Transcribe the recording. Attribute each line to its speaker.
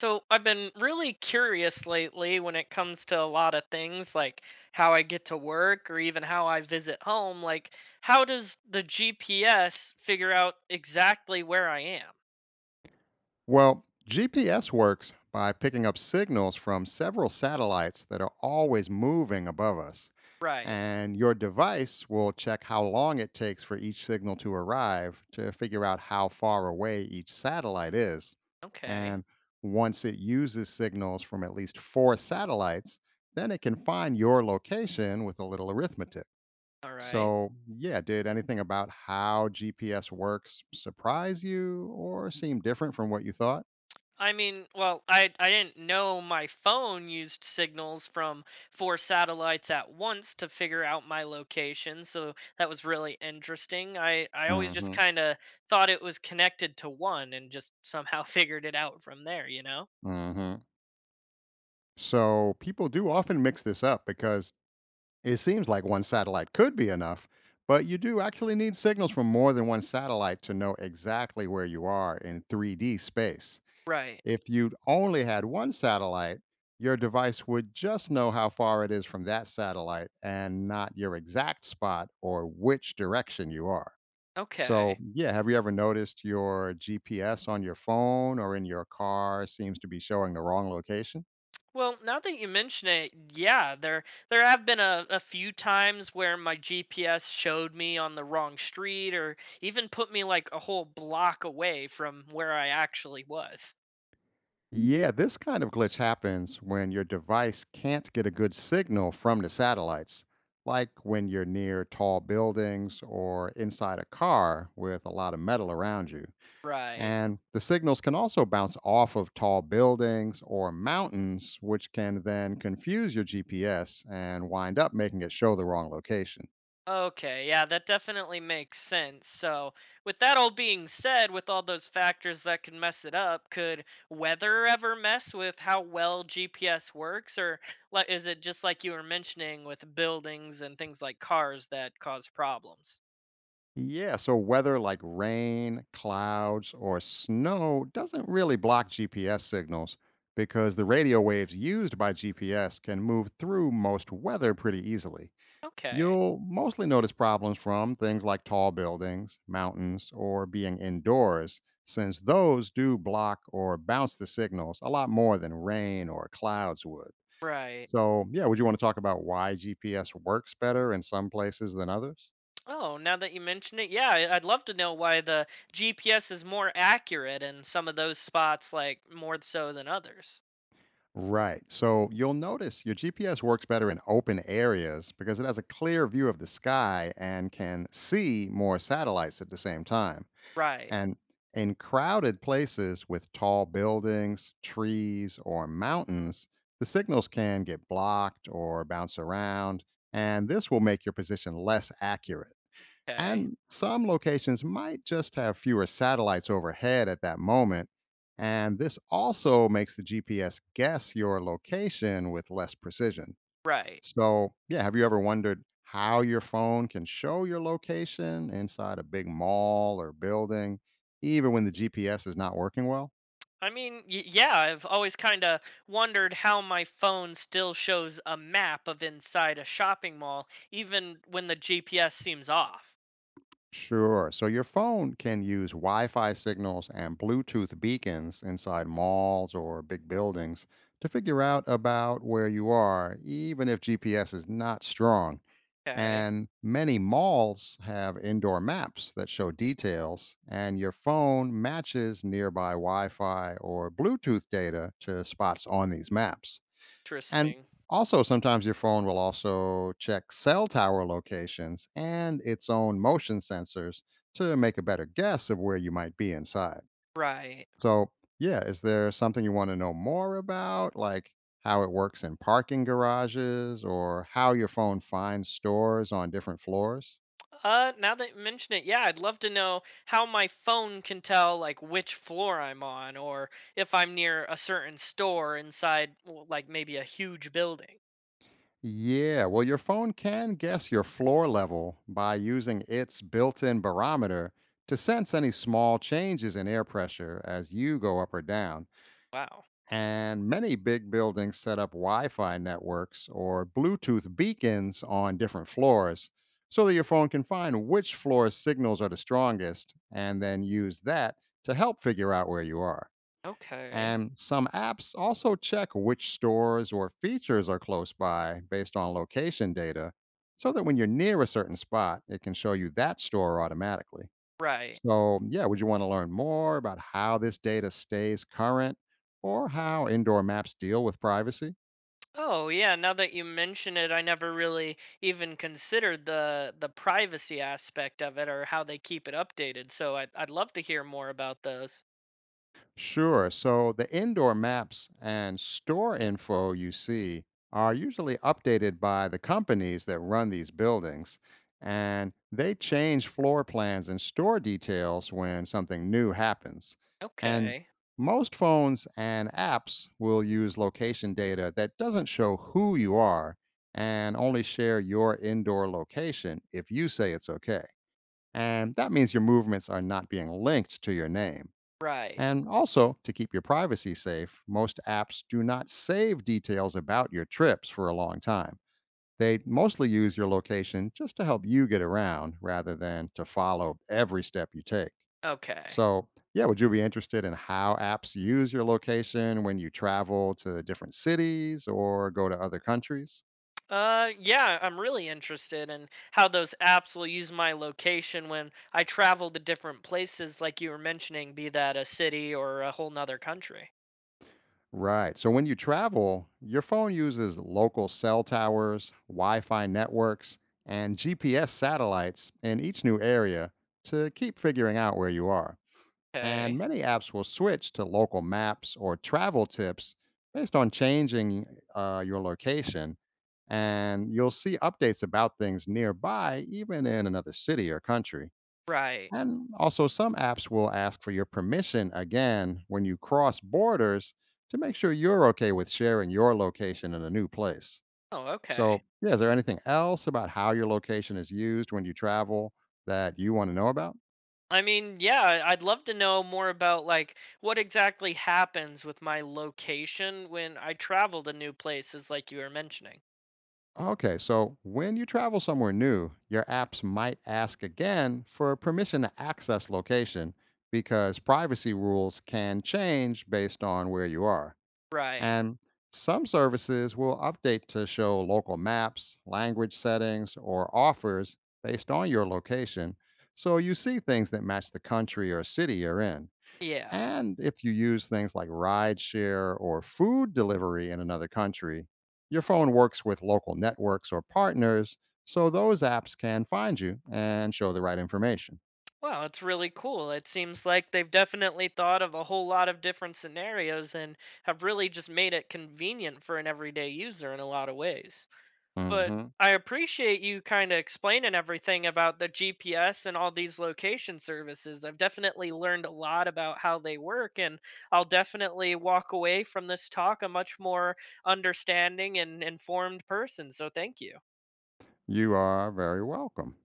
Speaker 1: So I've been really curious lately when it comes to a lot of things, like how I get to work or even how I visit home. Like, how does the GPS figure out exactly where I am?
Speaker 2: Well, GPS works by picking up signals from several satellites that are always moving above us.
Speaker 1: Right.
Speaker 2: And your device will check how long it takes for each signal to arrive to figure out how far away each satellite is.
Speaker 1: Okay.
Speaker 2: And once it uses signals from at least four satellites, then it can find your location with a little arithmetic.
Speaker 1: All right.
Speaker 2: So, yeah, did anything about how GPS works surprise you or seem different from what you thought?
Speaker 1: I mean, well, I didn't know my phone used signals from four satellites at once to figure out my location, so that was really interesting. I always just
Speaker 2: Mhm,
Speaker 1: kind of thought it was connected to one and just somehow figured it out from there, you know?
Speaker 2: mhm. So people do often mix this up because it seems like one satellite could be enough, but you do actually need signals from more than one satellite to know exactly where you are in 3D space.
Speaker 1: Right.
Speaker 2: If you'd only had one satellite, your device would just know how far it is from that satellite and not your exact spot or which direction you are. So,
Speaker 1: Okay.
Speaker 2: yeah, have you ever noticed your GPS on your phone or in your car seems to be showing the wrong location?
Speaker 1: Well, now that you mention it, yeah, there have been a few times where my GPS showed me on the wrong street or even put me like a whole block away from where I actually was.
Speaker 2: Yeah, this kind of glitch happens when your device can't get a good signal from the satellites, like when you're near tall buildings or inside a car with a lot of metal around you.
Speaker 1: Right.
Speaker 2: And the signals can also bounce off of tall buildings or mountains, which can then confuse your GPS and wind up making it show the wrong location.
Speaker 1: Okay. Yeah, that definitely makes sense. So, with that all being said, with all those factors that can mess it up, could weather ever mess with how well GPS works? Or like, is it just like you were mentioning with buildings and things like cars that cause problems?
Speaker 2: Yeah, so weather like rain, clouds, or snow doesn't really block GPS signals because the radio waves used by GPS can move through most weather pretty easily.
Speaker 1: Okay.
Speaker 2: You'll mostly notice problems from things like tall buildings, mountains, or being indoors, since those do block or bounce the signals a lot more than rain or clouds would.
Speaker 1: Right.
Speaker 2: So, yeah, would you want to talk about why GPS works better in some places than others?
Speaker 1: Oh, now that you mention it, yeah, I'd love to know why the GPS is more accurate in some of those spots, like more so than others.
Speaker 2: Right. So you'll notice your GPS works better in open areas because it has a clear view of the sky and can see more satellites at the same time.
Speaker 1: Right.
Speaker 2: And in crowded places with tall buildings, trees, or mountains, the signals can get blocked or bounce around, and this will make your position less accurate.
Speaker 1: Okay.
Speaker 2: And some locations might just have fewer satellites overhead at that moment. And this also makes the GPS guess your location with less precision.
Speaker 1: Right.
Speaker 2: So, yeah, have you ever wondered how your phone can show your location inside a big mall or building, even when the GPS is not working well?
Speaker 1: I mean, yeah, I've always kind of wondered how my phone still shows a map of inside a shopping mall, even when the GPS seems off.
Speaker 2: Sure. So your phone can use Wi Fi signals and Bluetooth beacons inside malls or big buildings to figure out about where you are, even if GPS is not strong.
Speaker 1: Okay,
Speaker 2: And many malls have indoor maps that show details, and your phone matches nearby Wi Fi or Bluetooth data to spots on these maps. And
Speaker 1: interesting.
Speaker 2: also, sometimes your phone will also check cell tower locations and its own motion sensors to make a better guess of where you might be inside.
Speaker 1: Right.
Speaker 2: So, yeah, is there something you want to know more about, like how it works in parking garages or how your phone finds stores on different floors?
Speaker 1: Now that you mention it, yeah, I'd love to know how my phone can tell like which floor I'm on, or if I'm near a certain store inside, like maybe a huge building.
Speaker 2: Yeah, well, your phone can guess your floor level by using its built in barometer to sense any small changes in air pressure as you go up or down.
Speaker 1: Wow.
Speaker 2: And many big buildings set up Wi Fi networks or Bluetooth beacons on different floors so that your phone can find which floor's signals are the strongest and then use that to help figure out where you are.
Speaker 1: Okay.
Speaker 2: And some apps also check which stores or features are close by based on location data so that when you're near a certain spot, it can show you that store automatically.
Speaker 1: Right.
Speaker 2: So, yeah, would you want to learn more about how this data stays current or how indoor maps deal with privacy?
Speaker 1: Oh yeah, now that you mention it, I never really even considered the privacy aspect of it or how they keep it updated. So I'd love to hear more about those.
Speaker 2: Sure. So the indoor maps and store info you see are usually updated by the companies that run these buildings, and they change floor plans and store details when something new happens. And
Speaker 1: Okay.
Speaker 2: most phones and apps will use location data that doesn't show who you are and only share your indoor location if you say it's okay. And that means your movements are not being linked to your name.
Speaker 1: Right.
Speaker 2: And also, to keep your privacy safe, most apps do not save details about your trips for a long time. They mostly use your location just to help you get around rather than to follow every step you take.
Speaker 1: Okay.
Speaker 2: So, yeah, would you be interested in how apps use your location when you travel to different cities or go to other countries?
Speaker 1: Yeah, I'm really interested in how those apps will use my location when I travel to different places like you were mentioning, be that a city or a whole nother country.
Speaker 2: Right. So when you travel, your phone uses local cell towers, Wi Fi networks, and GPS satellites in each new area to keep figuring out where you are. And
Speaker 1: Okay.
Speaker 2: many apps will switch to local maps or travel tips based on changing your location. And you'll see updates about things nearby, even in another city or country.
Speaker 1: Right.
Speaker 2: And also, some apps will ask for your permission again when you cross borders to make sure you're okay with sharing your location in a new place.
Speaker 1: Oh, okay.
Speaker 2: So, yeah, is there anything else about how your location is used when you travel that you want to know about?
Speaker 1: I mean, yeah, would love to know more about like what exactly happens with my location when I travel to new places like you were mentioning.
Speaker 2: Okay, so when you travel somewhere new, your apps might ask again for permission to access location because privacy rules can change based on where you are.
Speaker 1: Right.
Speaker 2: And some services will update to show local maps, language settings, or offers based on your location. So you see things that match the country or city you're in.
Speaker 1: Yeah.
Speaker 2: And if you use things like rideshare or food delivery in another country, your phone works with local networks or partners, so those apps can find you and show the right information.
Speaker 1: Wow, it's really cool. It seems like they've definitely thought of a whole lot of different scenarios and have really just made it convenient for an everyday user in a lot of ways. But
Speaker 2: Mhm.
Speaker 1: I appreciate you kind of explaining everything about the GPS and all these location services. I've definitely learned a lot about how they work, and I'll definitely walk away from this talk a much more understanding and informed person. So, thank you.
Speaker 2: You are very welcome.